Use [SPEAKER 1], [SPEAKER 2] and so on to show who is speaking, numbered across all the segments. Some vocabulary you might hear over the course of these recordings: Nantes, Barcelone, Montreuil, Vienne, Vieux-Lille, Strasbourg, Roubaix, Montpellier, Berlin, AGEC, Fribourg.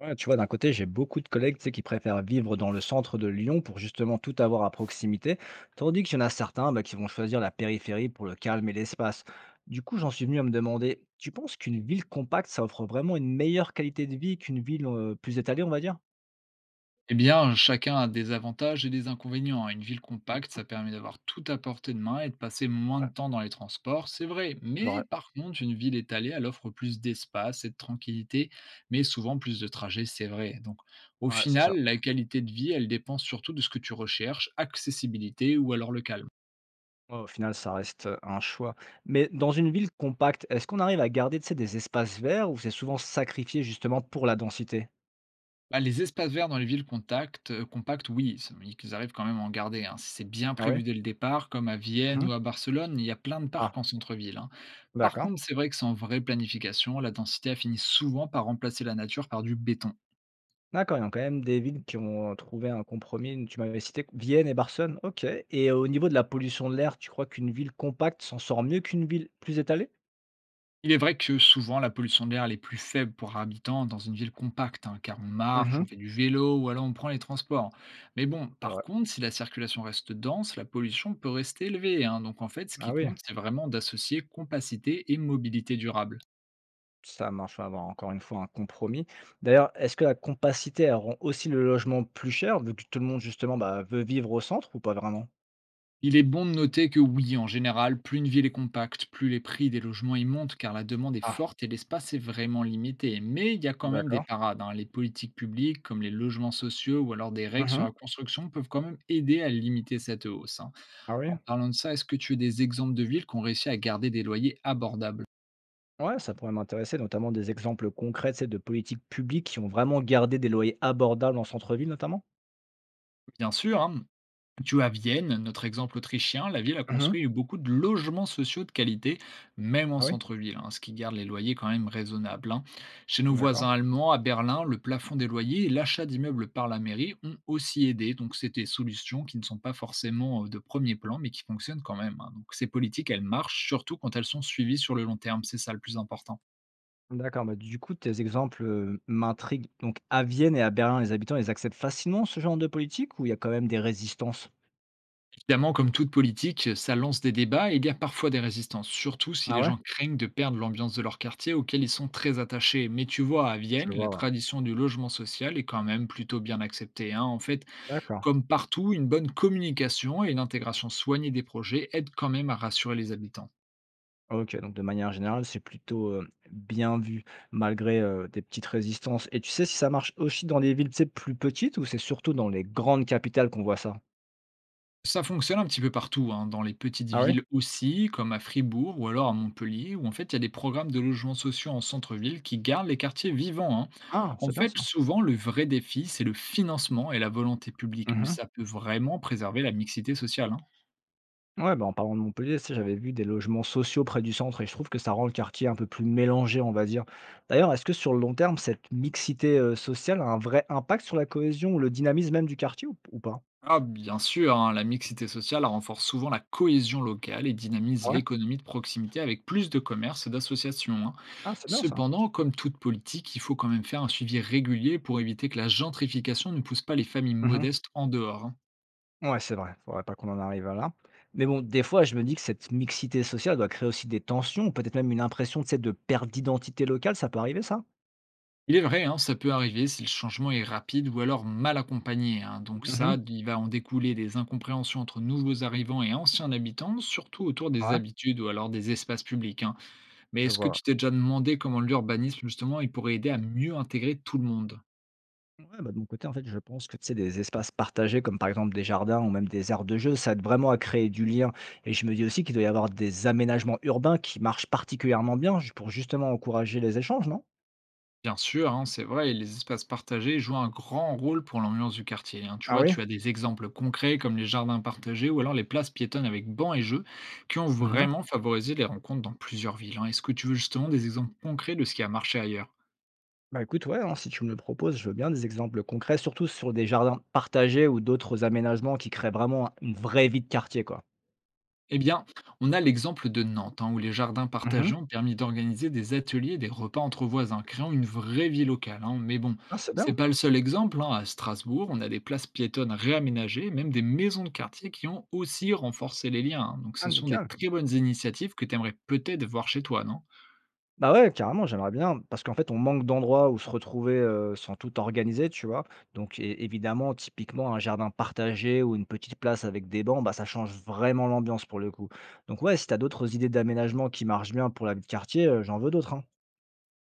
[SPEAKER 1] Ouais, tu vois, d'un côté, j'ai beaucoup de collègues, tu sais, qui préfèrent vivre dans le centre de Lyon pour justement tout avoir à proximité, tandis qu'il y en a certains bah, qui vont choisir la périphérie pour le calme et l'espace. Du coup, j'en suis venu à me demander, tu penses qu'une ville compacte, ça offre vraiment une meilleure qualité de vie qu'une ville plus étalée, on va dire?
[SPEAKER 2] Eh bien, chacun a des avantages et des inconvénients. Une ville compacte, ça permet d'avoir tout à portée de main et de passer moins de temps dans les transports, c'est vrai. Mais
[SPEAKER 1] Ouais,
[SPEAKER 2] par contre, une ville étalée, elle offre plus d'espace et de tranquillité, mais souvent plus de trajets, c'est vrai. Donc, au
[SPEAKER 1] ouais, c'est ça.
[SPEAKER 2] final, la qualité de vie, elle dépend surtout de ce que tu recherches, accessibilité ou alors local.
[SPEAKER 1] Ouais, au final, ça reste un choix. Mais dans une ville compacte, est-ce qu'on arrive à garder, tu sais, des espaces verts ou c'est souvent sacrifié justement pour la densité?
[SPEAKER 2] Bah, les espaces verts dans les compactes, oui, ça ils arrivent quand même à en garder, hein. Si c'est bien
[SPEAKER 1] Ah oui.
[SPEAKER 2] prévu dès le départ, comme à Vienne ou
[SPEAKER 1] Mhm.
[SPEAKER 2] à Barcelone, il y a plein de
[SPEAKER 1] Ah,
[SPEAKER 2] parcs en centre-ville, hein. Par
[SPEAKER 1] d'accord.
[SPEAKER 2] contre, c'est vrai que sans vraie planification, la densité a fini souvent par remplacer la nature par du béton.
[SPEAKER 1] D'accord, il y a quand même des villes qui ont trouvé un compromis. Tu m'avais cité Vienne et Barcelone, OK, et au niveau de la pollution de l'air, tu crois qu'une ville compacte s'en sort mieux qu'une ville plus étalée?
[SPEAKER 2] Il est vrai que souvent la pollution de l'air elle est plus faible pour habitant dans une ville compacte, hein, car on marche,
[SPEAKER 1] Mmh.
[SPEAKER 2] on fait du vélo ou alors on prend les transports. Mais bon,
[SPEAKER 1] C'est
[SPEAKER 2] par
[SPEAKER 1] vrai.
[SPEAKER 2] contre, si la circulation reste dense, la pollution peut rester élevée, hein. Donc en fait, ce
[SPEAKER 1] Ah
[SPEAKER 2] qui
[SPEAKER 1] oui,
[SPEAKER 2] compte, c'est vraiment d'associer compacité et mobilité durable.
[SPEAKER 1] ça marche à avoir encore une fois un compromis. D'ailleurs, est-ce que la compacité, elle rend aussi le logement plus cher, vu que tout le monde justement, bah, veut vivre au centre ou pas vraiment?
[SPEAKER 2] Il est bon de noter que oui, en général, plus une ville est compacte, plus les prix des logements y montent car la demande est
[SPEAKER 1] Ah,
[SPEAKER 2] forte et l'espace est vraiment limité. Mais il y a quand même des
[SPEAKER 1] d'accord.
[SPEAKER 2] parades, hein. Les politiques publiques, comme les logements sociaux ou alors des règles sur la
[SPEAKER 1] Mmh.
[SPEAKER 2] construction, peuvent quand même aider à limiter cette hausse, hein.
[SPEAKER 1] Ah oui?
[SPEAKER 2] En parlant de ça, est-ce que tu as des exemples de villes qui ont réussi à garder des loyers abordables?
[SPEAKER 1] Ouais, ça pourrait m'intéresser, notamment des exemples concrets, tu sais, de politiques publiques qui ont vraiment gardé des loyers abordables en centre-ville notamment?
[SPEAKER 2] Bien sûr, hein. Tu vois, à Vienne, notre exemple autrichien, la ville a
[SPEAKER 1] Mmh.
[SPEAKER 2] construit beaucoup de logements sociaux de qualité, même en
[SPEAKER 1] Ah oui?
[SPEAKER 2] centre-ville, hein, ce qui garde les loyers quand même raisonnables, hein. Chez nos
[SPEAKER 1] D'accord.
[SPEAKER 2] voisins allemands, à Berlin, le plafond des loyers et l'achat d'immeubles par la mairie ont aussi aidé. Donc, c'est des solutions qui ne sont pas forcément de premier plan, mais qui fonctionnent quand même, hein. Donc, ces politiques, elles marchent, surtout quand elles sont suivies sur le long terme. C'est ça le plus important.
[SPEAKER 1] D'accord, bah, du coup, tes exemples, m'intriguent. Donc à Vienne et à Berlin, les habitants, ils acceptent facilement ce genre de politique ou il y a quand même des résistances?
[SPEAKER 2] Évidemment, comme toute politique, ça lance des débats et il y a parfois des résistances, surtout si
[SPEAKER 1] Ah
[SPEAKER 2] les
[SPEAKER 1] ouais?
[SPEAKER 2] gens craignent de perdre l'ambiance de leur quartier auquel ils sont très attachés. Mais tu vois, à
[SPEAKER 1] Je
[SPEAKER 2] Vienne, la
[SPEAKER 1] vois, ouais.
[SPEAKER 2] tradition du logement social est quand même plutôt bien acceptée, hein. En fait,
[SPEAKER 1] D'accord.
[SPEAKER 2] comme partout, une bonne communication et une intégration soignée des projets aident quand même à rassurer les habitants.
[SPEAKER 1] OK, donc de manière générale, c'est plutôt, bien vu malgré, des petites résistances, et tu sais si ça marche aussi dans les villes, tu sais, plus petites ou c'est surtout dans les grandes capitales qu'on voit ça?
[SPEAKER 2] Ça fonctionne un petit peu partout, hein, dans les petites
[SPEAKER 1] Ah ouais?
[SPEAKER 2] villes aussi, comme à Fribourg ou alors à Montpellier, où en fait il y a des programmes de logements sociaux en centre-ville qui gardent les quartiers vivants, hein.
[SPEAKER 1] Ah,
[SPEAKER 2] En
[SPEAKER 1] c'est bien
[SPEAKER 2] fait,
[SPEAKER 1] ça.
[SPEAKER 2] souvent, le vrai défi, c'est le financement et la volonté publique, mais
[SPEAKER 1] Mmh.
[SPEAKER 2] ça peut vraiment préserver la mixité sociale, hein.
[SPEAKER 1] Ouais, bah, en parlant de Montpellier, tu sais, j'avais vu des logements sociaux près du centre et je trouve que ça rend le quartier un peu plus mélangé, on va dire. D'ailleurs, est-ce que sur le long terme, cette mixité sociale a un vrai impact sur la cohésion ou le dynamisme même du quartier ou pas?
[SPEAKER 2] Ah, bien sûr, hein, la mixité sociale renforce souvent la cohésion locale et dynamise
[SPEAKER 1] Ah ouais?
[SPEAKER 2] l'économie de proximité avec plus de commerces et d'associations, hein.
[SPEAKER 1] Ah, c'est bien ça.
[SPEAKER 2] Cependant, comme toute politique, il faut quand même faire un suivi régulier pour éviter que la gentrification ne pousse pas les familles
[SPEAKER 1] Mhm.
[SPEAKER 2] modestes en dehors, hein.
[SPEAKER 1] Ouais, c'est vrai. Faudrait pas qu'on en arrive à là. Mais bon, des fois, je me dis que cette mixité sociale doit créer aussi des tensions, ou peut-être même une impression, tu sais, de perte d'identité locale. Ça peut arriver, ça?
[SPEAKER 2] Il est vrai, hein, ça peut arriver si le changement est rapide ou alors mal accompagné, hein. Donc
[SPEAKER 1] Mhm.
[SPEAKER 2] ça, il va en découler des incompréhensions entre nouveaux arrivants et anciens habitants, surtout autour des
[SPEAKER 1] Ouais,
[SPEAKER 2] habitudes ou alors des espaces publics, hein. Mais
[SPEAKER 1] je
[SPEAKER 2] est-ce que
[SPEAKER 1] vois.
[SPEAKER 2] tu t'es déjà demandé comment l'urbanisme, justement, il pourrait aider à mieux intégrer tout le monde?
[SPEAKER 1] Ouais, bah, de mon côté, en fait, je pense que tu sais, des espaces partagés, comme par exemple des jardins ou même des aires de jeu, ça aide vraiment à créer du lien. Et je me dis aussi qu'il doit y avoir des aménagements urbains qui marchent particulièrement bien pour justement encourager les échanges, non?
[SPEAKER 2] Bien sûr, hein, c'est vrai, les espaces partagés jouent un grand rôle pour l'ambiance du quartier, hein. Tu
[SPEAKER 1] Ah
[SPEAKER 2] vois,
[SPEAKER 1] oui?
[SPEAKER 2] tu as des exemples concrets comme les jardins partagés ou alors les places piétonnes avec bancs et jeux qui ont
[SPEAKER 1] Mhm.
[SPEAKER 2] vraiment favorisé les rencontres dans plusieurs villes, hein. Est-ce que tu veux justement des exemples concrets de ce qui a marché ailleurs?
[SPEAKER 1] Bah écoute, ouais, hein, si tu me le proposes, je veux bien des exemples concrets, surtout sur des jardins partagés ou d'autres aménagements qui créent vraiment une vraie vie de quartier, quoi.
[SPEAKER 2] Eh bien, on a l'exemple de Nantes, hein, où les jardins
[SPEAKER 1] Mhm.
[SPEAKER 2] partagés ont permis d'organiser des ateliers et des repas entre voisins, créant une vraie vie locale, hein. Mais bon,
[SPEAKER 1] Ah, c'est
[SPEAKER 2] c'est
[SPEAKER 1] bien.
[SPEAKER 2] pas le seul exemple, hein. À Strasbourg, on a des places piétonnes réaménagées, même des maisons de quartier qui ont aussi renforcé les liens, hein. Donc,
[SPEAKER 1] Ah,
[SPEAKER 2] ce sont des
[SPEAKER 1] nickel.
[SPEAKER 2] très bonnes initiatives que tu aimerais peut-être voir chez toi, non?
[SPEAKER 1] Bah, ouais, carrément, j'aimerais bien parce qu'en fait, on manque d'endroits où se retrouver, sans tout organiser, tu vois? Donc é évidemment, typiquement, un jardin partagé ou une petite place avec des bancs, bah, ça change vraiment l'ambiance pour le coup. Donc ouais, si t'as d'autres idées d'aménagement qui marchent bien pour la vie de quartier, j'en veux d'autres, hein.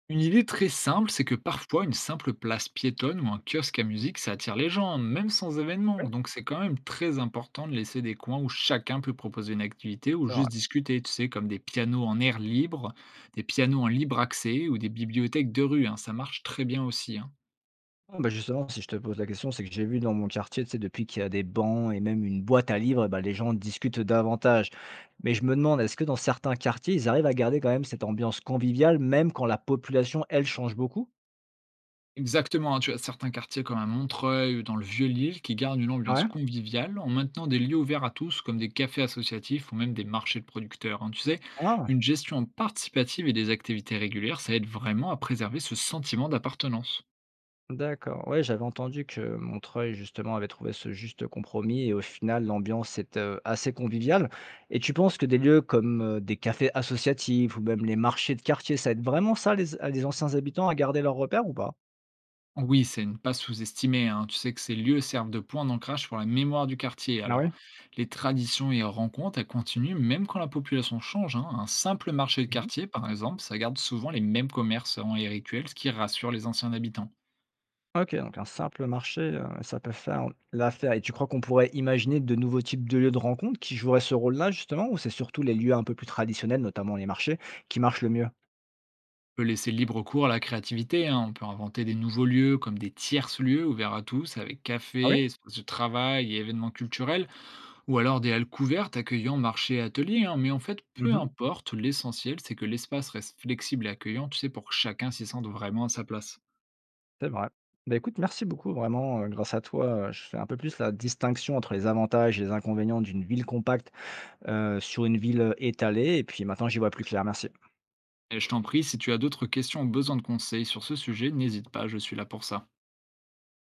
[SPEAKER 2] Une idée très simple, c'est que parfois une simple place piétonne ou un kiosque à musique, ça attire les gens, même sans événement.
[SPEAKER 1] Ouais,
[SPEAKER 2] Donc c'est quand même très important de laisser des coins où chacun peut proposer une activité ou
[SPEAKER 1] c'est vrai.
[SPEAKER 2] juste discuter, tu sais, comme des pianos en air libre, des pianos en libre accès ou des bibliothèques de rue, hein. Ça marche très bien aussi, hein.
[SPEAKER 1] Ah bah, justement, si je te pose la question, c'est que j'ai vu dans mon quartier, tu sais, depuis qu'il y a des bancs et même une boîte à livres, bah, les gens discutent davantage. Mais je me demande, est-ce que dans certains quartiers, ils arrivent à garder quand même cette ambiance conviviale, même quand la population, elle, change beaucoup?
[SPEAKER 2] Exactement, hein, tu as certains quartiers comme à Montreuil ou dans le Vieux-Lille qui gardent une ambiance
[SPEAKER 1] Ouais.
[SPEAKER 2] conviviale en maintenant des lieux ouverts à tous comme des cafés associatifs ou même des marchés de producteurs, hein. Tu sais,
[SPEAKER 1] Ah!
[SPEAKER 2] une gestion participative et des activités régulières, ça aide vraiment à préserver ce sentiment d'appartenance.
[SPEAKER 1] D'accord. Ouais, j'avais entendu que Montreuil, justement, avait trouvé ce juste compromis et au final, l'ambiance est, assez conviviale, et tu penses que des lieux comme, des cafés associatifs ou même les marchés de quartier, ça aide vraiment ça les a les anciens habitants à garder leurs repères ou pas?
[SPEAKER 2] Oui, c'est ne pas sous-estimer, hein. Tu sais que ces lieux servent de point d'ancrage pour la mémoire du quartier.
[SPEAKER 1] Ah
[SPEAKER 2] Alors,
[SPEAKER 1] oui.
[SPEAKER 2] les traditions et rencontres, elles continuent même quand la population change, hein. Un simple marché de quartier, par exemple, ça garde souvent les mêmes commerçants et rituels, ce qui rassure les anciens habitants.
[SPEAKER 1] OK, donc un simple marché, ça peut faire l'affaire, et tu crois qu'on pourrait imaginer de nouveaux types de lieux de rencontre qui joueraient ce rôle-là, justement? Ou c'est surtout les lieux un peu plus traditionnels, notamment les marchés, qui marchent le mieux?
[SPEAKER 2] Peut laisser libre cours à la créativité, hein. On peut inventer des nouveaux lieux comme des tierces lieux ouverts à tous avec
[SPEAKER 1] Ah oui?
[SPEAKER 2] café, espace de travail et événements culturels, ou alors des halles couvertes accueillant marché et atelier, hein. Mais en fait, peu
[SPEAKER 1] Mmh.
[SPEAKER 2] importe, l'essentiel c'est que l'espace reste flexible et accueillant, tu sais, pour que chacun s'y sente vraiment à sa place.
[SPEAKER 1] C'est vrai. Bah, écoute, merci beaucoup vraiment, grâce à toi, je fais un peu plus la distinction entre les avantages et les inconvénients d'une ville compacte, sur une ville, étalée, et puis maintenant j'y vois plus clair. Merci.
[SPEAKER 2] Et je t'en prie, si tu as d'autres questions ou besoin de conseils sur ce sujet, n'hésite pas, je suis là pour ça.